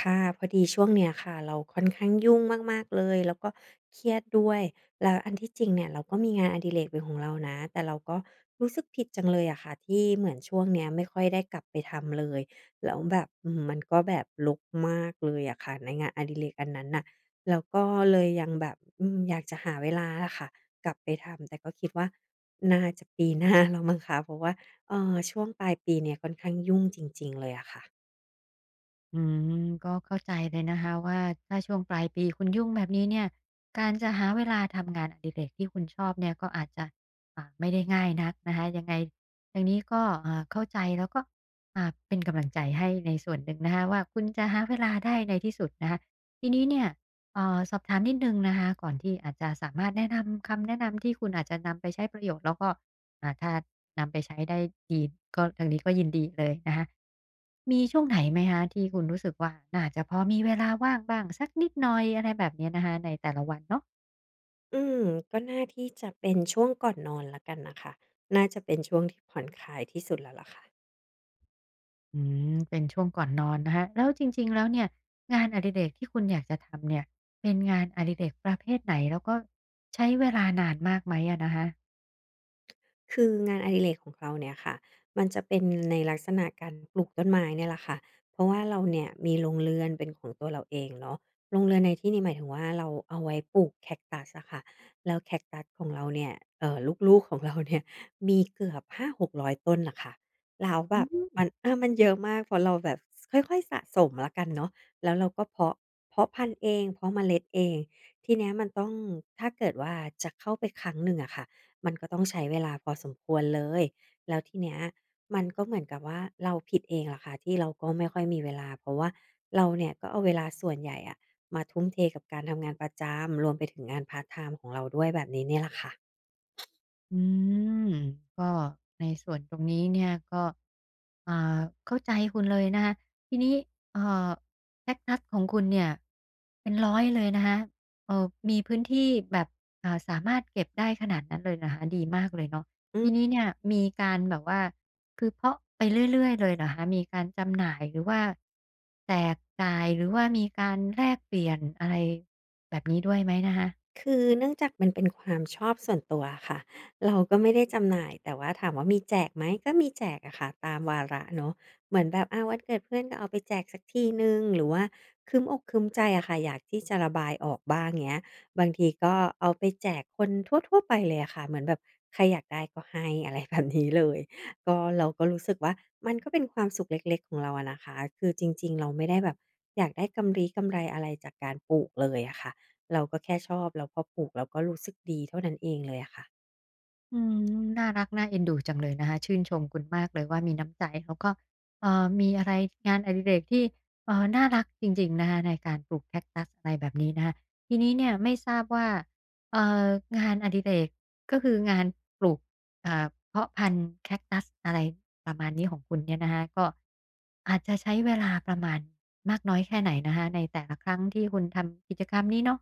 ค่ะพอดีช่วงเนี้ยค่ะเราค่อนข้างยุ่งมากๆเลยแล้วก็เครียดด้วยแล้วอันที่จริงเนี่ยเราก็มีงานอดิเรกเป็นของเรานะแต่เราก็รู้สึกผิดจังเลยอะค่ะที่เหมือนช่วงเนี้ยไม่ค่อยได้กลับไปทำเลยแล้วแบบมันก็แบบรกมากเลยอะค่ะในงานอดิเรกอันนั้นน่ะแล้วก็เลยยังแบบอยากจะหาเวลาอะค่ะกลับไปทำแต่ก็คิดว่าน่าจะปีหน้าแล้วมั้งคะเพราะว่าช่วงปลายปีเนี่ยค่อนข้างยุ่งจริงๆเลยอะค่ะ อืก็เข้าใจเลยนะคะว่าถ้าช่วงปลายปีคุณยุ่งแบบนี้เนี่ยการจะหาเวลาทำงานอดิเรกที่คุณชอบเนี่ยก็อาจจะไม่ได้ง่ายนักนะคะยังไงทางนี้ก็เข้าใจแล้วก็เป็นกำลังใจให้ในส่วนหนึ่งนะคะว่าคุณจะหาเวลาได้ในที่สุดนะคะทีนี้เนี่ยสอบถามนิดหนึ่งนะคะก่อนที่อาจจะสามารถแนะนำคำแนะนำที่คุณอาจจะนำไปใช้ประโยชน์แล้วก็ ถ้านำไปใช้ได้ดีก็ทางนี้ก็ยินดีเลยนะคะมีช่วงไหนไหมคะที่คุณรู้สึกว่าน่าจะพอมีเวลาว่างบ้างสักนิดหน่อยอะไรแบบเนี้ยนะคะในแต่ละวันเนาะอืมก็น่าที่จะเป็นช่วงก่อนนอนแล้วกันนะคะน่าจะเป็นช่วงที่ผ่อนคลายที่สุดแล้วล่ะค่ะ อืเป็นช่วงก่อนนอนนะคะแล้วจริงๆแล้วเนี่ยงานอดิเรกที่คุณอยากจะทำเนี่ยเป็นงานอดิเรกประเภทไหนแล้วก็ใช้เวลานานมากไหมอะนะคะคืองานอดิเรกของเราเนี่ยค่ะมันจะเป็นในลักษณะการปลูกต้นไม้เนี่ยแหละค่ะเพราะว่าเราเนี่ยมีโรงเรือนเป็นของตัวเราเองเนาะโรงเรือนในที่นี้หมายถึงว่าเราเอาไว้ปลูกแคคตัสอะค่ะแล้วแคคตัสของเราเนี่ยเอ่อลูกๆของเราเนี่ยมีเกือบหาหกร600ต้นน่ะค่ะแล้วแบอืบม มันเยอะมากเพราะเราแบบสค่อยๆสะสมแล้วกันเนาะแล้วเราก็เพาะเพาะพันธุ์เองเพาะเมล็ดเองทีเนี้ยมันต้องถ้าเกิดว่าจะเข้าไปครั้งหนึ่งอะค่ะ มันก็ต้องใช้เวลาพอสมควรเลย แล้วทีเนี้ยมันก็เหมือนกับว่าเราผิดเองแหละค่ะที่เราก็ไม่ค่อยมีเวลาเพราะว่าเราเนี่ยก็เอาเวลาส่วนใหญ่อะมาทุ่มเทกับการทำงานประจำรวมไปถึงงานพาร์ตไทม์ของเราด้วยแบบนี้เนี่ยแหละค่ะอืมก็ในส่วนตรงนี้เนี่ยก็อ่าเข้าใจคุณเลยนะคะทีนี้เอ่อแคคตัสของคุณเนี่ยเป็นร้อยเลยนะคะเอ่อมีพื้นที่แบบสามารถเก็บได้ขนาดนั้นเลยนะคะดีมากเลยเนาะอืทีนี้ม เนี่ยมีการแบบว่าคือเพาะไปเรื่อยๆเลยเหรอคะมีการจำหน่ายหรือว่าแจกจ่ายหรือว่ามีการแลกเปลี่ยนอะไรแบบนี้ด้วยไหมนะคะ คือเนื่องจากมันเป็นความชอบส่วนตัวค่ะเราก็ไม่ได้จำหน่ายแต่ว่าถามว่ามีแจกไหมก็มีแจกอะค่ะตามวาระเนาะเหมือนแบบอาวันเกิดเพื่อนก็เอาไปแจกสักทีหนึ่งหรือว่าครึ้มอกครึ้มใจอะค่ะอยากที่จะระบายออกบ้างเงี้ยบางทีก็เอาไปแจกคนทั่วๆไปเลยอะค่ะเหมือนแบบใครอยากได้ก็ให้ อะไรแบบนี้เลยก็เราก็รู้สึกว่ามันก็เป็นความสุขเล็กๆของเราอะนะคะคือจริงๆเราไม่ได้แบบอยากได้กำลี้กำไรอะไรจากการปลูกเลยอะค่ะ เราก็แค่ชอบแล้วพอปลูกเราก็รู้สึกดีเท่านั้นเองเลยอะค่ะ อืน่ารักน่าเอ็นดูจังเลยนะคะชื่นชมคุณมากเลยว่ามีน้ำใจแล้วก็มีอะไรงานอดิเรกที่น่ารักจริงๆนะคะในการปลูกแคคตัสอะไรแบบนี้นะคะทีนี้เนี่ยไม่ทราบว่าเอ่องานอดิเรกก็คืองานปลูกเพาะพันธุ์แคคตัสอะไรประมาณนี้ของคุณเนี่ยนะคะก็อาจจะใช้เวลาประมาณมากน้อยแค่ไหนนะคะในแต่ละครั้งที่คุณทำกิจกรรมนี้เนาะ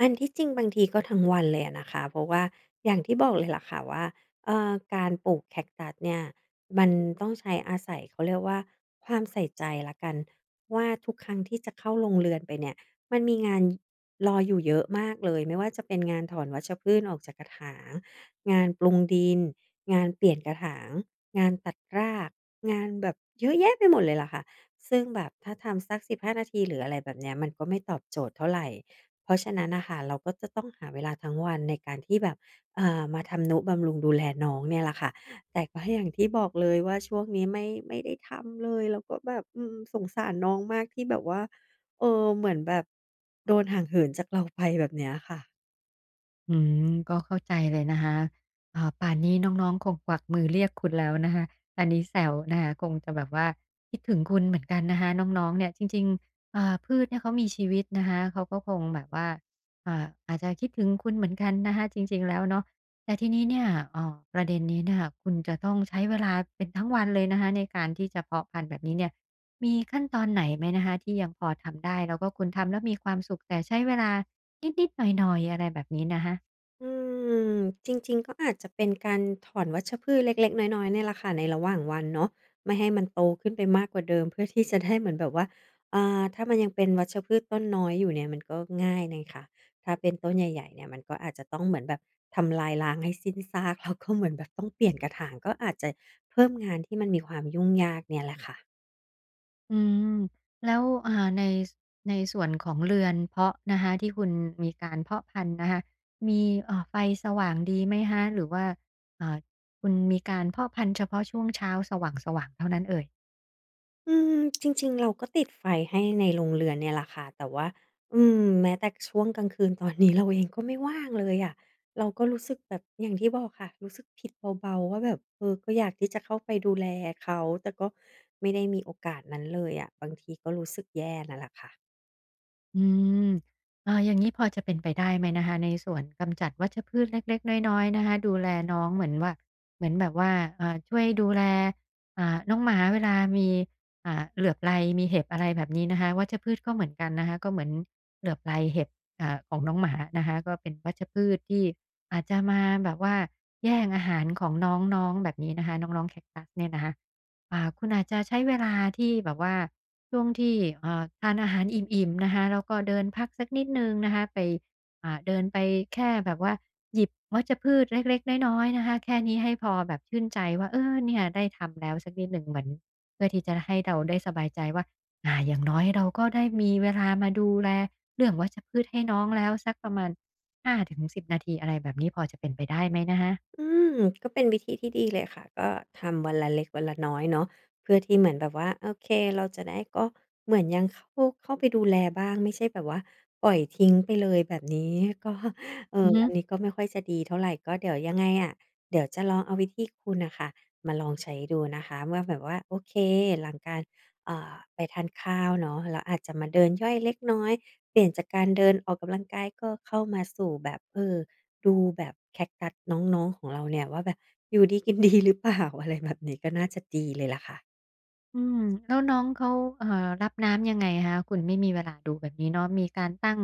อันที่จริงบางทีก็ทั้งวันเลยอะนะคะเพราะว่าอย่างที่บอกเลยล่ะค่ะว่าการปลูกแคคตัสเนี่ยมันต้องใช้อาศัยเขาเรียกว่าความใส่ใจแล้วกันว่าทุกครั้งที่จะเข้าลงเรือนไปเนี่ยมันมีงานรออยู่เยอะมากเลยไม่ว่าจะเป็นงานถอนวัชพืชออกจากกระถางงานปรุงดินงานเปลี่ยนกระถางงานตัดรากงานแบบเยอะแยะไปหมดเลยล่ะค่ะซึ่งแบบถ้าทำสัก15นาทีหรืออะไรแบบเนี้ยมันก็ไม่ตอบโจทย์เท่าไหร เพราะฉะนั้นน่ะค่ะเราก็จะต้องหาเวลาทั้งวันในการที่แบบมาทำนุบำรุงดูแลน้องเนี่ยแหละค่ะแต่ก็ให้อย่างที่บอกเลยว่าช่วงนี้ไม่ได้ทำเลยแล้วก็แบบสงสารน้องมากที่แบบว่าเออเหมือนแบบโดนห่างเหินจากเราไปแบบเนี้ยค่ะ อืก็เข้าใจเลยนะคะป่านนี้น้องๆคงกวักมือเรียกคุณแล้วนะคะอันนี้แซวนะคะคงจะแบบว่าคิดถึงคุณเหมือนกันนะคะน้องๆเนี่ยจริงๆพืชเนี่ยเขามีชีวิตนะคะเขาก็คงแบบว่าอาจจะคิดถึงคุณเหมือนกันนะคะจริงๆแล้วเนาะแต่ทีนี้เนี่ยประเด็นนี้เนี่ยคุณจะต้องใช้เวลาเป็นทั้งวันเลยนะคะในการที่จะเพาะพันธุ์แบบนี้เนี่ยมีขั้นตอนไหนไหมนะคะที่ยังพอทำได้แล้วก็คุณทำแล้วมีความสุขแต่ใช้เวลานิดๆหน่อยๆอะไรแบบนี้นะคะ อืมจริงๆก็อาจจะเป็นการถอนวัชพืชเล็กๆน้อยๆเนี่ยแหละค่ะในระหว่างวันเนาะไม่ให้มันโตขึ้นไปมากกว่าเดิมเพื่อที่จะได้เหมือนแบบว่าถ้ามันยังเป็นวัชพืชต้นน้อยอยู่เนี่ยมันก็ง่ายน่ะค่ะถ้าเป็นต้นใหญ่ๆเนี่ยมันก็อาจจะต้องเหมือนแบบทำลายล้างให้สิ้นซากแล้วก็เหมือนแบบต้องเปลี่ยนกระถางก็อาจจะเพิ่มงานที่มันมีความยุ่งยากเนี่ยแหละค่ะ อืมแล้วในสในส่วนของเรือนเพาะนะคะที่คุณมีการเพาะพันธุ์นะคะมีไฟสว่างดีไหมฮะหรือว่าเอ่อคุณมีการเพาะพันธุ์เฉพาะช่วงเช้าสว่างสว่างเท่านั้นเอ่ย อืมจริงๆเราก็ติดไฟให้ในโรงเรือนเนี่ยแหละค่ะแต่ว่าแม้แต่ช่วงกลางคืนตอนนี้เราเองก็ไม่ว่างเลยอะเราก็รู้สึกแบบอย่างที่บอกค่ะรู้สึกผิดเบาๆว่าแบบเออก็อยากที่จะเข้าไปดูแลเขาแต่ก็ไม่ได้มีโอกาสนั้นเลยอะบางทีก็รู้สึกแย่นั่นแหละค่ะ อืมอย่างนี้พอจะเป็นไปได้ไหมนะคะในส่วนกำจัดวัชพืชเล็กๆน้อยๆนะคะดูแลน้องเหมือนว่าเหมือนแบบว่าช่วยดูแลน้องหมาเวลามีเหลือบไรมีเห็บอะไรแบบนี้นะคะวัชพืชก็เหมือนกันนะคะก็เหมือนเหลือบไรเห็บของน้องหมานะคะก็เป็นวัชพืชที่อาจจะมาแบบว่าแย่งอาหารของน้องๆแบบนี้นะคะน้องๆแคคตัสเนี่ยนะคะ คุณอาจจะใช้เวลาที่แบบว่าช่วงที่ทานอาหารอิ่มๆนะคะแล้วก็เดินพักสักนิดหนึ่งนะคะไปเดินไปแค่แบบว่าหยิบวัชพืชเล็กๆน้อยๆนะคะแค่นี้ให้พอแบบชื่นใจว่าเออเนี่ยได้ทำแล้วสักนิดหนึ่งเหมือนเพื่อที่จะให้เราได้สบายใจว่าอย่างน้อยเราก็ได้มีเวลามาดูแลเรื่องวัชพืชให้น้องแล้วสักประมาณ5-10นาทีอะไรแบบนี้พอจะเป็นไปได้ไหมนะคะอืมก็เป็นวิธีที่ดีเลยค่ะก็ทำวันละเล็กวันละน้อยเนาะเพื่อที่เหมือนแบบว่าโอเคเราจะได้ก็เหมือนยังเข้าไปดูแลบ้างไม่ใช่แบบว่าปล่อยทิ้งไปเลยแบบนี้ก็เอออือฮึ อันนี้ก็ไม่ค่อยจะดีเท่าไรก็เดี๋ยวยังไงอะเดี๋ยวจะลองเอาวิธีคุณน่ะค่ะมาลองใช้ดูนะคะว่าแบบว่าโอเคหลังการไปทานข้าวเนาะเราอาจจะมาเดินย่อยเล็กน้อยเปลี่ยนจากการเดินออกกำลังกายก็เข้ามาสู่แบบเออ ดูแบบแคคตัสน้องๆของเราเนี่ยว่าแบบอยู่ดีกินดีหรือเปล่า อะไรแบบนี้ก็น่าจะดีเลยล่ะค่ะ อืมแล้วน้องเขาเอ่อรับน้ำยังไงคะคุณไม่มีเวลาดูแบบนี้เนาะมีการตั้ง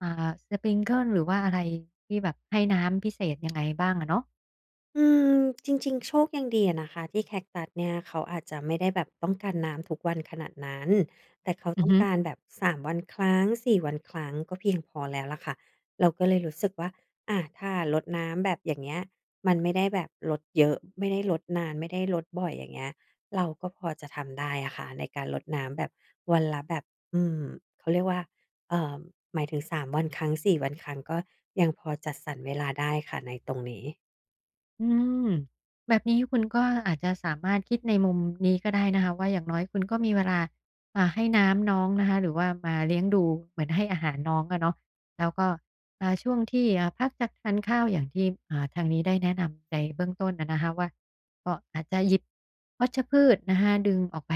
อ่าสปริงเกิลหรือว่าอะไรที่แบบให้น้ำพิเศษยังไงบ้างอะเนาะอืมจริงๆโชคยังดีอะนะคะที่แคคตัสเนี่ยเขาอาจจะไม่ได้แบบต้องการน้ำทุกวันขนาดนั้นแต่เขาอืต้อองฮึ การแบบ3วันครั้งสี่วันครั้งก็เพียงพอแล้วล่ะค่ะเราก็เลยรู้สึกว่าอาถ้ารดน้ำแบบอย่างเงี้ยมันไม่ได้แบบรดเยอะไม่ได้รดนานไม่ได้รดบ่อยอย่างเงี้ยเราก็พอจะทำได้อะค่ะในการรดน้ำแบบวันละแบบอืมเขาเรียกว่าเอ่อหมายถึงสามวันครั้งสี่วันครั้งก็ยังพอจัดสรรเวลาได้ค่ะในตรงนี้ อืมแบบนี้คุณก็อาจจะสามารถคิดในมุมนี้ก็ได้นะคะว่าอย่างน้อยคุณก็มีเวลาให้น้ำน้องนะคะหรือว่ามาเลี้ยงดูเหมือนให้อาหารน้องอะเนาะแล้วก็ช่วงที่พักจากทานข้าวอย่างที่ทางนี้ได้แนะนำในเบื้องต้นอะนะคะว่าก็อาจจะหยิบวัชพืชนะคะดึงออกไป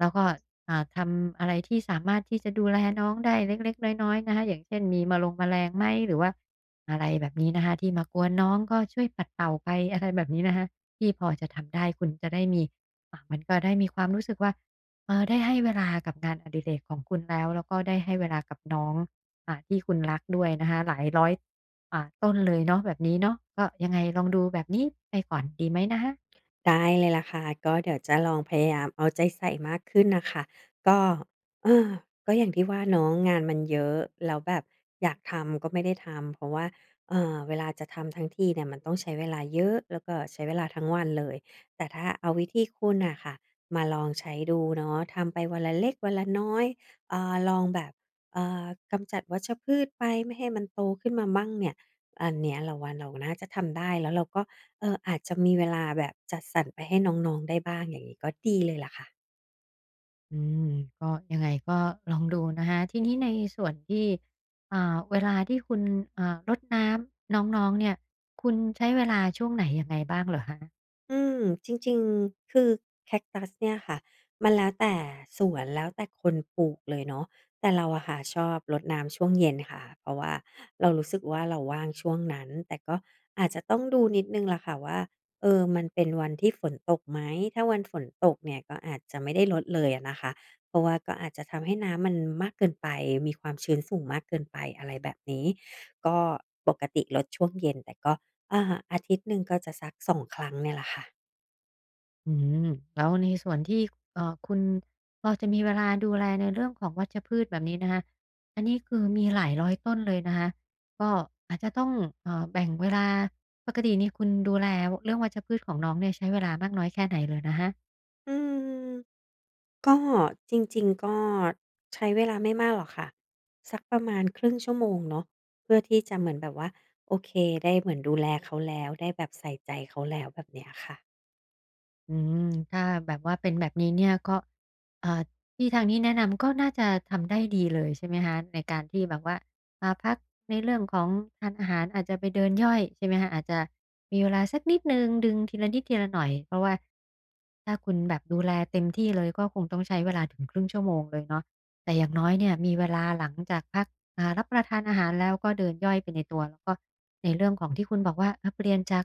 แล้วก็ทำอะไรที่สามารถที่จะดูแลน้องได้เล็กๆน้อยๆนะคะอย่างเช่นมีมะลงแมลงไหมหรือว่า อะไรแบบนี้นะคะที่มากวนน้องก็ช่วยปัดเป่าไป อะไรแบบนี้นะคะที่พอจะทำได้คุณจะได้มีมันก็ได้มีความรู้สึกว่าได้ให้เวลากับงานอดิเรกของคุณแล้วก็ได้ให้เวลากับน้องที่คุณรักด้วยนะคะหลายร้อยต้นเลยเนาะแบบนี้เนาะก็ยังไงลองดูแบบนี้ไปก่อนดีไหมนะคะ ได้เลยล่ะค่ะก็เดี๋ยวจะลองพยายามเอาใจใส่มากขึ้นน่ะค่ะก็เออก็อย่างที่ว่าเนาะงานมันเยอะแล้วแบบอยากทำก็ไม่ได้ทำเพราะว่าเวลาจะทำทั้งทีเนี่ยมันต้องใช้เวลาเยอะแล้วก็ใช้เวลาทั้งวันเลยแต่ถ้าเอาวิธีคุณน่ะค่ะมาลองใช้ดูเนาะทำไปวันละเล็กวันละน้อยลองแบบเอ่อกำจัดวัชพืชไปไม่ให้มันโตขึ้นมามั่งเนี่ยอันเนี้ยเราว่าเราน่าจะทำได้แล้วเราก็ เอออาจจะมีเวลาแบบจัดสรรไปให้น้องๆได้บ้างอย่างนี้ก็ดีเลยล่ะค่ะ อืมก็ยังไงก็ลองดูนะคะทีนี้ในส่วนที่เวลาที่คุณรดน้ำน้องๆเนี่ยคุณใช้เวลาช่วงไหนยังไงบ้างเหรอคะอืมจริงๆ คือแคคตัสเนี่ยค่ะมันแล้วแต่สวนแล้วแต่คนปลูกเลยเนาะแต่เราอะค่ะชอบรดน้ำช่วงเย็นค่ะเพราะว่าเรารู้สึกว่าเราว่างช่วงนั้นแต่ก็อาจจะต้องดูนิดหนึ่งล่ะค่ะว่าเออมันเป็นวันที่ฝนตกไหมถ้าวันฝนตกเนี่ยก็อาจจะไม่ได้รดเลยอะนะคะเพราะว่าก็อาจจะทำให้น้ำมันมากเกินไปมีความชื้นสูงมากเกินไปอะไรแบบนี้ก็ปกติรดช่วงเย็นแต่ก็ อ่าอาทิตย์หนึ่งก็จะสักสองครั้งเนี่ยแหละค่ะอืมแล้วในส่วนที่คุณพอจะมีเวลาดูแลในเรื่องของวัชพืชแบบนี้นะคะอันนี้คือมีหลายร้อยต้นเลยนะคะก็อาจจะต้องแบ่งเวลาปกตินี่คุณดูแลวเรื่องวัชพืชของน้องเนี่ยใช้เวลามากน้อยแค่ไหนเหรอนะคะ อืมก็จริงๆก็ใช้เวลาไม่มากหรอกค่ะสักประมาณครึ่งชั่วโมงเนาะเพื่อที่จะเหมือนแบบว่าโอเคได้เหมือนดูแลเขาแล้วได้แบบใส่ใจเขาแล้วแบบเนี้ยค่ะ อืมถ้าแบบว่าเป็นแบบนี้เนี่ยก็เอ่าที่ทางนี้แนะนำก็น่าจะทำได้ดีเลยใช่ไหมคะในการที่แบบว่าพักในเรื่องของทานอาหารอาจจะไปเดินย่อยใช่ไหมคะอาจจะมีเวลาสักนิดหนึ่งดึงทีละนิดทีละหน่อยเพราะว่าถ้าคุณแบบดูแลเต็มที่เลยก็คงต้องใช้เวลาถึงครึ่งชั่วโมงเลยเนาะแต่อย่างน้อยเนี่ยมีเวลาหลังจากพักรับประทานอาหารแล้วก็เดินย่อยไปในตัวแล้วก็ในเรื่องของที่คุณบอกว่าเปลี่ยนจาก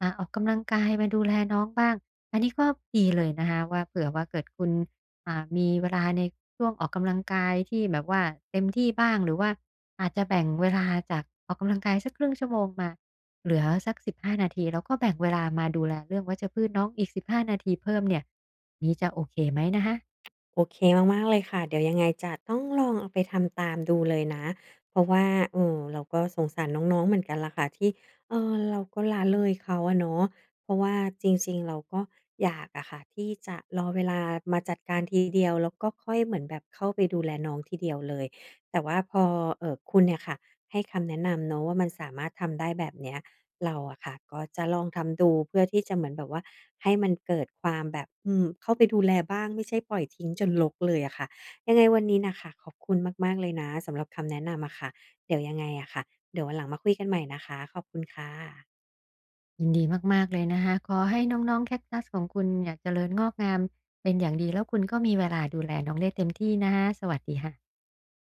ออกกำลังกายมาดูแลน้องบ้างอันนี้ก็ดีเลยนะคะว่าเผื่อว่าเกิดคุณมีเวลาในช่วงออกกำลังกายที่แบบว่าเต็มที่บ้างหรือว่าอาจจะแบ่งเวลาจากออกกำลังกายสักครึ่งชั่วโมงมาเหลือสัก15นาทีแล้วก็แบ่งเวลามาดูแลเรื่องวัชพืชน้องอีก15นาทีเพิ่มเนี่ยนี้จะโอเคไหมนะคะโอเคมากๆเลยค่ะเดี๋ยวยังไงจะต้องลองเอาไปทำตามดูเลยนะเพราะว่าเราก็สงสารน้องๆเหมือนกันล่ะค่ะที่เราก็ละเลยเขาอะเนาะเพราะว่าจริงๆเราก็อยากอะค่ะที่จะรอเวลามาจัดการทีเดียวแล้วก็ค่อยเหมือนแบบเข้าไปดูแลน้องทีเดียวเลยแต่ว่าพอคุณเนี่ยค่ะให้คำแนะนำเนาะว่ามันสามารถทำได้แบบเนี้ย เราอะค่ะก็จะลองทำดูเพื่อที่จะเหมือนแบบว่าให้มันเกิดความแบบอืมเข้าไปดูแลบ้างไม่ใช่ปล่อยทิ้งจนรกเลยอะค่ะยังไงวันนี้น่ะค่ะขอบคุณมากๆเลยนะสำหรับคำแนะนำอะค่ะเดี๋ยวยังไงอะค่ะเดี๋ยววันหลังมาคุยกันใหม่นะคะขอบคุณค่ะยินดีมากๆเลยนะคะขอให้น้องๆแคคตัสของคุณเนี่ยเจริญงอกงามเป็นอย่างดีแล้วคุณก็มีเวลาดูแลน้องได้เต็มที่นะคะสวัสดีค่ะ